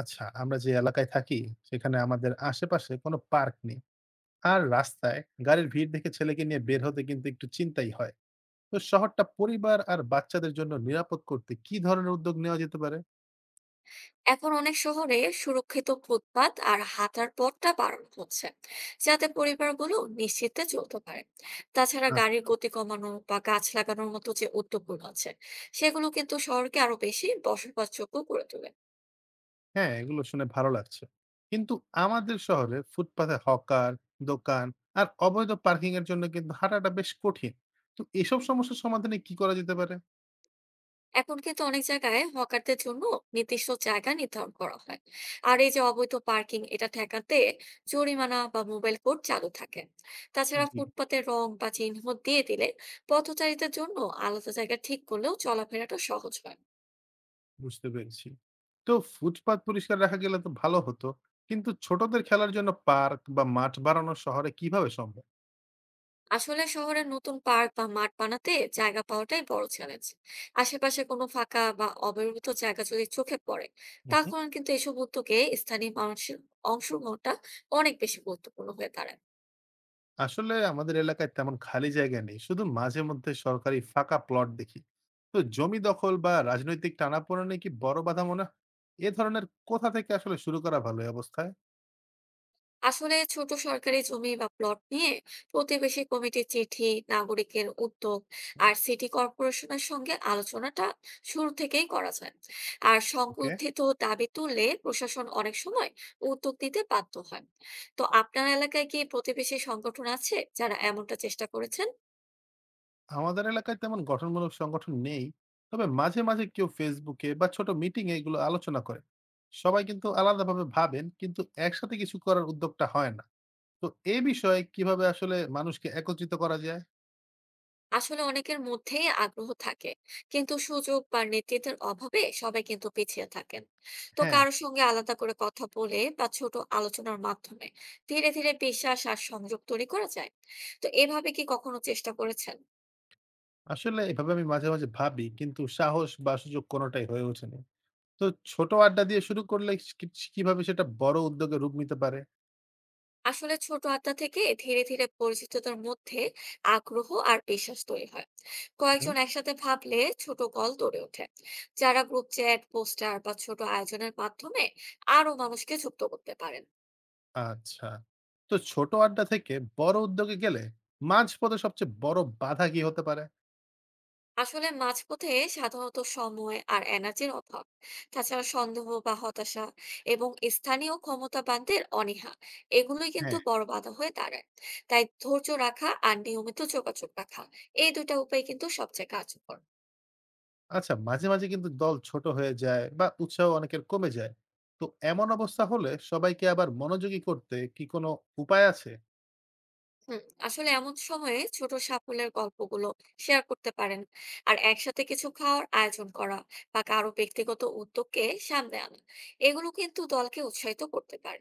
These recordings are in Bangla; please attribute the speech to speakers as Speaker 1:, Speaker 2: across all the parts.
Speaker 1: আচ্ছা, আমরা যে এলাকায় থাকি সেখানে আমাদের আশেপাশে কোনো পার্ক নেই। আর রাস্তায় গাড়ির ভিড় দেখে ছেলেকে নিয়ে বের হতে কিন্তু একটু চিন্তাই হয়। তো শহরটা পরিবার আর বাচ্চাদের জন্য নিরাপদ করতে কি ধরনের উদ্যোগ নেওয়া যেতে পারে?
Speaker 2: এখন অনেক শহরে সুরক্ষিত ফুটপাত আর হাঁটার পথটা বাড়ানো হচ্ছে যাতে পরিবারগুলো নিশ্চিন্তে চলতে পারে। তাছাড়া
Speaker 1: আর
Speaker 2: গাড়ির গতি কমানো বা গাছ লাগানোর মতো যে উদ্যোগগুলো আছে সেগুলো কিন্তু শহরকে আরো বেশি বসবাসযোগ্য করে তোলে।
Speaker 1: হ্যাঁ, এগুলো শুনে ভালো লাগছে। কিন্তু আমাদের শহরে ফুটপাথে হকার, দোকান আর অবৈধ পার্কিং এর জন্য কিন্তু হাঁটাটা বেশ কঠিন। তো এসব সমস্যার সমাধানে কি করা যেতে পারে?
Speaker 2: এখন কিন্তু অনেক জায়গায় হকারদের জন্য নির্দিষ্ট জায়গা নির্ধারণ করা হয়, আর এই যে অবৈধ পার্কিং, এটা ঠেকাতে জরিমানা বা মোবাইল কোড চালু থাকে। তাছাড়া
Speaker 1: জি।
Speaker 2: ফুটপাতে রং বা চিহ্ন দিয়ে দিলে পথচারীদের জন্য আলাদা জায়গা ঠিক করলেও চলাফেরাটা সহজ হয়।
Speaker 1: বুঝতে পেরেছি। তো ফুটপাত পরিষ্কার রাখা গেলে তো ভালো হতো। কিন্তু ছোটদের খেলার জন্য পার্ক বা মাঠ বানানো শহরে কিভাবে সম্ভব?
Speaker 2: আসলে শহরে নতুন পার্ক বা মাঠ বানাতে জায়গা পাওয়াটাই বড় চ্যালেঞ্জ। আশেপাশে কোনো ফাঁকা বা অব্যবহৃত জায়গা যদি চোখে পড়ে,
Speaker 1: হুম, হুম।
Speaker 2: তখন কিন্তু এসব উদ্যোগে স্থানীয় মানুষের অংশগ্রহণটা অনেক বেশি গুরুত্বপূর্ণ হয়ে দাঁড়ায়।
Speaker 1: আসলে আমাদের এলাকায় তেমন খালি জায়গা নেই। শুধু মাঝে মধ্যে সরকারি ফাঁকা প্লট দেখি। তো জমি দখল বা রাজনৈতিক টানাপোড়েনে কি বড় বাধা মনে হয়? এ ধরনের কোথা থেকে আসলে শুরু করা ভালো এই অবস্থায়?
Speaker 2: আসলে ছোট সরকারি জমি বা প্লট নিয়ে প্রতিবেশী কমিটির চিঠি, নাগরিকের উদ্যোগ, আর সিটি কর্পোরেশনের সঙ্গে আলোচনাটা শুরু থেকেই করা যায়। আর
Speaker 1: ওকে।
Speaker 2: সংগঠিত দাবি তুললে প্রশাসন অনেক সময় উদ্যোগ নিতে বাধ্য হয়। তো আপনার এলাকায় কি প্রতিবেশী সংগঠন আছে যারা এমনটা চেষ্টা করেছে?
Speaker 1: আমাদের এলাকায় তেমন গঠনমূলক সংগঠন নেই, তবে মাঝে মাঝে কেউ ফেসবুকে বা ছোট মিটিং এ এগুলো আলোচনা করে। সবাই কিন্তু আলাদাভাবে ভাবেন, কিন্তু একসাথে কিছু করার উদ্যোগটা হয় না। তো এই বিষয়ে কিভাবে আসলে মানুষকে একত্রিত করা যায়?
Speaker 2: আসলে অনেকের মধ্যেই আগ্রহ থাকে, কিন্তু সুযোগ বা নেতৃত্বের অভাবে সবাই কিন্তু পিছিয়ে থাকেন। তো
Speaker 1: হ্যাঁ,
Speaker 2: কারোর সঙ্গে আলাদা করে কথা বলে বা ছোট আলোচনার মাধ্যমে ধীরে ধীরে বিশ্বাস আর সংযোগ তৈরি করা যায়। তো এভাবে কি কখনো চেষ্টা করেছেন?
Speaker 1: আসলে এভাবে আমি মাঝে মাঝে ভাবি, কিন্তু সাহস বা সুযোগ কোনোটাই হয়ে ওঠেনি। তো ছোট আড্ডা দিয়ে শুরু করলে কিভাবে সেটা বড় উদ্যোগে রূপ নিতে পারে?
Speaker 2: আসলে ছোট আড্ডা থেকে ধীরে ধীরে পরিচিতদের মধ্যে আগ্রহ আর বিশ্বাস তৈরি হয়।
Speaker 1: হুম।
Speaker 2: কয়েকজন একসাথে ভাবলে ছোট কল গড়ে ওঠে, যারা গ্রুপ চ্যাট, পোস্টার বা ছোট আয়োজনের মাধ্যমে আরো মানুষকে যুক্ত করতে পারেন।
Speaker 1: আচ্ছা, তো ছোট আড্ডা থেকে বড় উদ্যোগে গেলে মাঝপথে সবচেয়ে বড় বাধা কি হতে পারে?
Speaker 2: আসলে মাঝপথে সাধারণত সময় আর এনার্জির অভাব, তাছাড়া সন্দেহ বা হতাশা এবং স্থানীয় ক্ষমতাবানদের অনীহা, এগুলোই কিন্তু
Speaker 1: হ্যাঁ।
Speaker 2: বড় বাধা হয়ে দাঁড়ায়। তাই ধৈর্য রাখা আর নিয়মিত যোগাযোগ রাখা, এই দুটা উপায় কিন্তু সবচেয়ে কার্যকর।
Speaker 1: আচ্ছা, মাঝে মাঝে কিন্তু দল ছোট হয়ে যায় বা উৎসাহ অনেকের কমে যায়। তো এমন অবস্থা হলে সবাইকে আবার মনোযোগী করতে কি কোনো উপায় আছে?
Speaker 2: হুম, আসলে এমন সময়ে ছোট সাফল্যের গল্পগুলো শেয়ার করতে পারেন। আর একসাথে কিছু খাওয়ার আয়োজন করা বা কারো ব্যক্তিগত উদ্যোগকে সামনে আনা, এগুলো কিন্তু দলকে উৎসাহিত করতে পারে।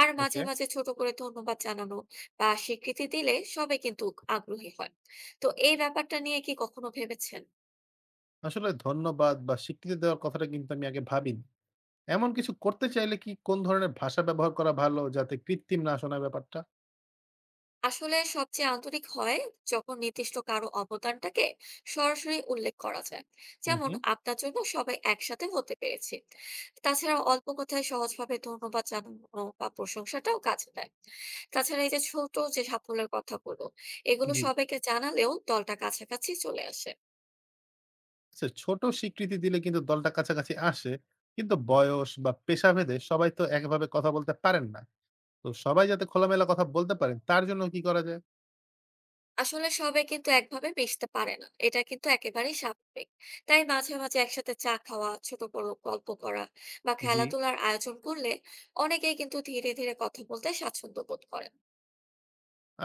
Speaker 2: আর মাঝে
Speaker 1: ওকে।
Speaker 2: মাঝে ছোট করে ধন্যবাদ জানানো বা স্বীকৃতি দিলে সবাই কিন্তু আগ্রহী হয়। তো এই ব্যাপারটা নিয়ে কি কখনো ভেবেছেন?
Speaker 1: আসলে ধন্যবাদ বা স্বীকৃতি দেওয়ার কথাটা কিন্তু আমি আগে ভাবিনি। এমন কিছু করতে চাইলে কি কোন ধরনের ভাষা ব্যবহার করা ভালো, যাতে কৃত্রিম না শোনায় ব্যাপারটা?
Speaker 2: আসলে সবচেয়ে আন্তরিক হয় যখন নির্দিষ্ট কারো অবদানটাকে সরাসরি উল্লেখ করা যায়,
Speaker 1: হুম,
Speaker 2: যেমন
Speaker 1: হুম।
Speaker 2: আপনার জন্য সবাই একসাথে হতে পেরেছে। তাছাড়া অল্প কথায় সহজভাবে ধন্যবাদ জানানো বা প্রশংসাটাও কাজে দেয়। তাছাড়া এই যে ছোট যে সাফল্যের কথাগুলো, এগুলো
Speaker 1: জি।
Speaker 2: সবাইকে জানালেও দলটা কাছাকাছি চলে আসে।
Speaker 1: আচ্ছা, ছোট স্বীকৃতি দিলে কিন্তু দলটা কাছাকাছি আসে, কিন্তু বয়স বা পেশাভেদে সবাই তো একভাবে কথা বলতে পারেন না। তো সবাই যাতে খোলামেলা কথা বলতে পারেন তার জন্য কি করা যায়?
Speaker 2: আসলে সবাই কিন্তু একভাবে মিশতে পারে না, এটা কিন্তু একেবারেই স্বাভাবিক। তাই মাঝে মাঝে একসাথে চা খাওয়া, ছোট বড় গল্প করা বা
Speaker 1: জি।
Speaker 2: খেলাধুলার আয়োজন করলে অনেকেই কিন্তু ধীরে ধীরে কথা বলতে স্বাচ্ছন্দ্য বোধ করেন।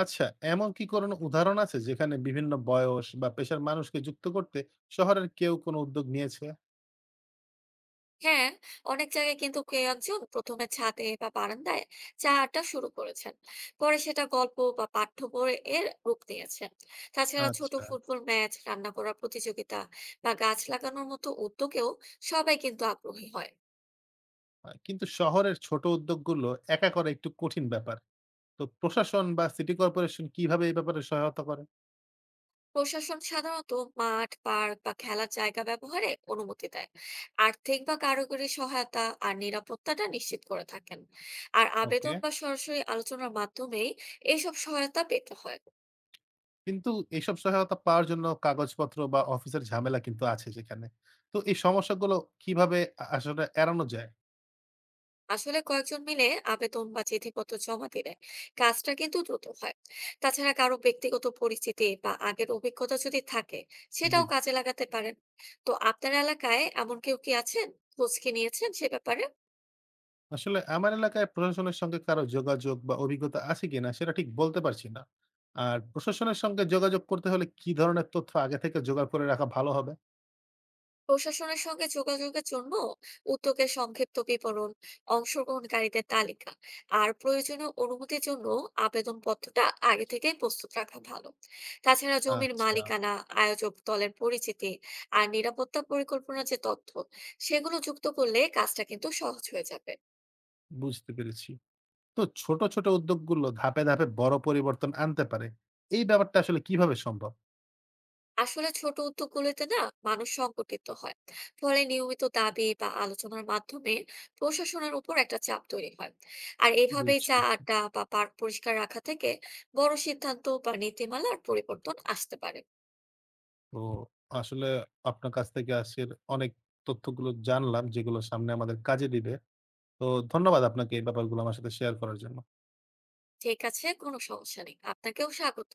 Speaker 1: আচ্ছা, এমন কি কোনো উদাহরণ আছে যেখানে বিভিন্ন বয়স বা পেশার মানুষকে যুক্ত করতে শহরের কেউ কোনো উদ্যোগ নিয়েছে?
Speaker 2: হ্যাঁ, অনেক জায়গায় কিন্তু কেউ একজন প্রথমে ছাদে বা বারান্দায় চা আড্ডা শুরু করেছেন, পরে সেটা গল্প বা পাঠ্য বই এর রূপ নিয়েছে। তাছাড়া ছোট
Speaker 1: আচ্ছা।
Speaker 2: ফুটবল ম্যাচ, রান্না করার প্রতিযোগিতা বা গাছ লাগানোর মতো উদ্যোগেও সবাই কিন্তু আগ্রহী হয়।
Speaker 1: কিন্তু শহরের ছোট উদ্যোগগুলো একা করা একটু কঠিন ব্যাপার। তো প্রশাসন বা সিটি কর্পোরেশন কিভাবে এই ব্যাপারে সহায়তা করে?
Speaker 2: প্রশাসন সাধারণত মাঠ, পার্ক বা খেলার জায়গা ব্যবহারে অনুমতি দেয়, আর্থিক বা কারিগরি সহায়তা আর নিরাপত্তাটা নিশ্চিত করে থাকেন। আর
Speaker 1: ওকে।
Speaker 2: আবেদন বা সরাসরি আলোচনার মাধ্যমেই এইসব সহায়তা পেতে হয়।
Speaker 1: কিন্তু এইসব সহায়তা পাওয়ার জন্য কাগজপত্র বা অফিসের ঝামেলা কিন্তু আছে যেখানে। তো এই সমস্যাগুলো কিভাবে আসলে এড়ানো যায়?
Speaker 2: আসলে কয়েকজন মিলে আবেদন বা চিঠিপত্র জমা দিলে কাজটা কিন্তু দ্রুত হয়। তাছাড়া কারো ব্যক্তিগত পরিচিতি বা আগের অভিজ্ঞতা যদি থাকে,
Speaker 1: জি।
Speaker 2: সেটাও কাজে লাগাতে পারেন। তো আপনার এলাকায় এমন কেউ কি আছেন, খোঁজ কি নিয়েছেন সে ব্যাপারে?
Speaker 1: আসলে আমার এলাকায় প্রশাসনের সঙ্গে কারো যোগাযোগ বা অভিজ্ঞতা আছে কিনা সেটা ঠিক বলতে পারছি না। আর প্রশাসনের সঙ্গে যোগাযোগ করতে হলে কি ধরনের তথ্য আগে থেকে জোগাড় করে রাখা ভালো হবে?
Speaker 2: প্রশাসনের সঙ্গে যোগাযোগের জন্য উদ্যোগের সংক্ষিপ্ত বিবরণ, অংশগ্রহণকারীদের তালিকা, আর প্রয়োজনীয় অনুমতির জন্য আবেদন পত্রটা আগে থেকেই প্রস্তুত রাখা ভালো। তাছাড়া জমির
Speaker 1: আচ্ছা।
Speaker 2: মালিকানা, আয়োজক দলের পরিচিতি আর নিরাপত্তা পরিকল্পনার যে তথ্য সেগুলো যুক্ত করলে কাজটা কিন্তু সহজ হয়ে যাবে।
Speaker 1: বুঝতে পেরেছি। তো ছোট ছোট উদ্যোগগুলো ধাপে ধাপে বড় পরিবর্তন আনতে পারে, এই ব্যাপারটা আসলে কিভাবে সম্ভব?
Speaker 2: আসলে ছোট উদ্যোগগুলোতে না মানুষ সংগঠিত হয়, ফলে নিয়মিত দাবি বা আলোচনার মাধ্যমে প্রশাসনের উপর একটা চাপ তৈরি হয়। আর এভাবেই চা
Speaker 1: বুঝছি।
Speaker 2: আড্ডা বা পার্ক পরিষ্কার রাখা থেকে বড় সিদ্ধান্ত বা নীতিমালার পরিবর্তন আসতে পারে।
Speaker 1: তো আসলে আপনার কাছ থেকে আজকের অনেক তথ্যগুলো জানলাম, যেগুলো সামনে আমাদের কাজে দিবে। তো ধন্যবাদ আপনাকে এই ব্যাপারগুলো আমার সাথে শেয়ার করার জন্য।
Speaker 2: ঠিক আছে, কোনো সমস্যা নেই, আপনাকেও স্বাগত।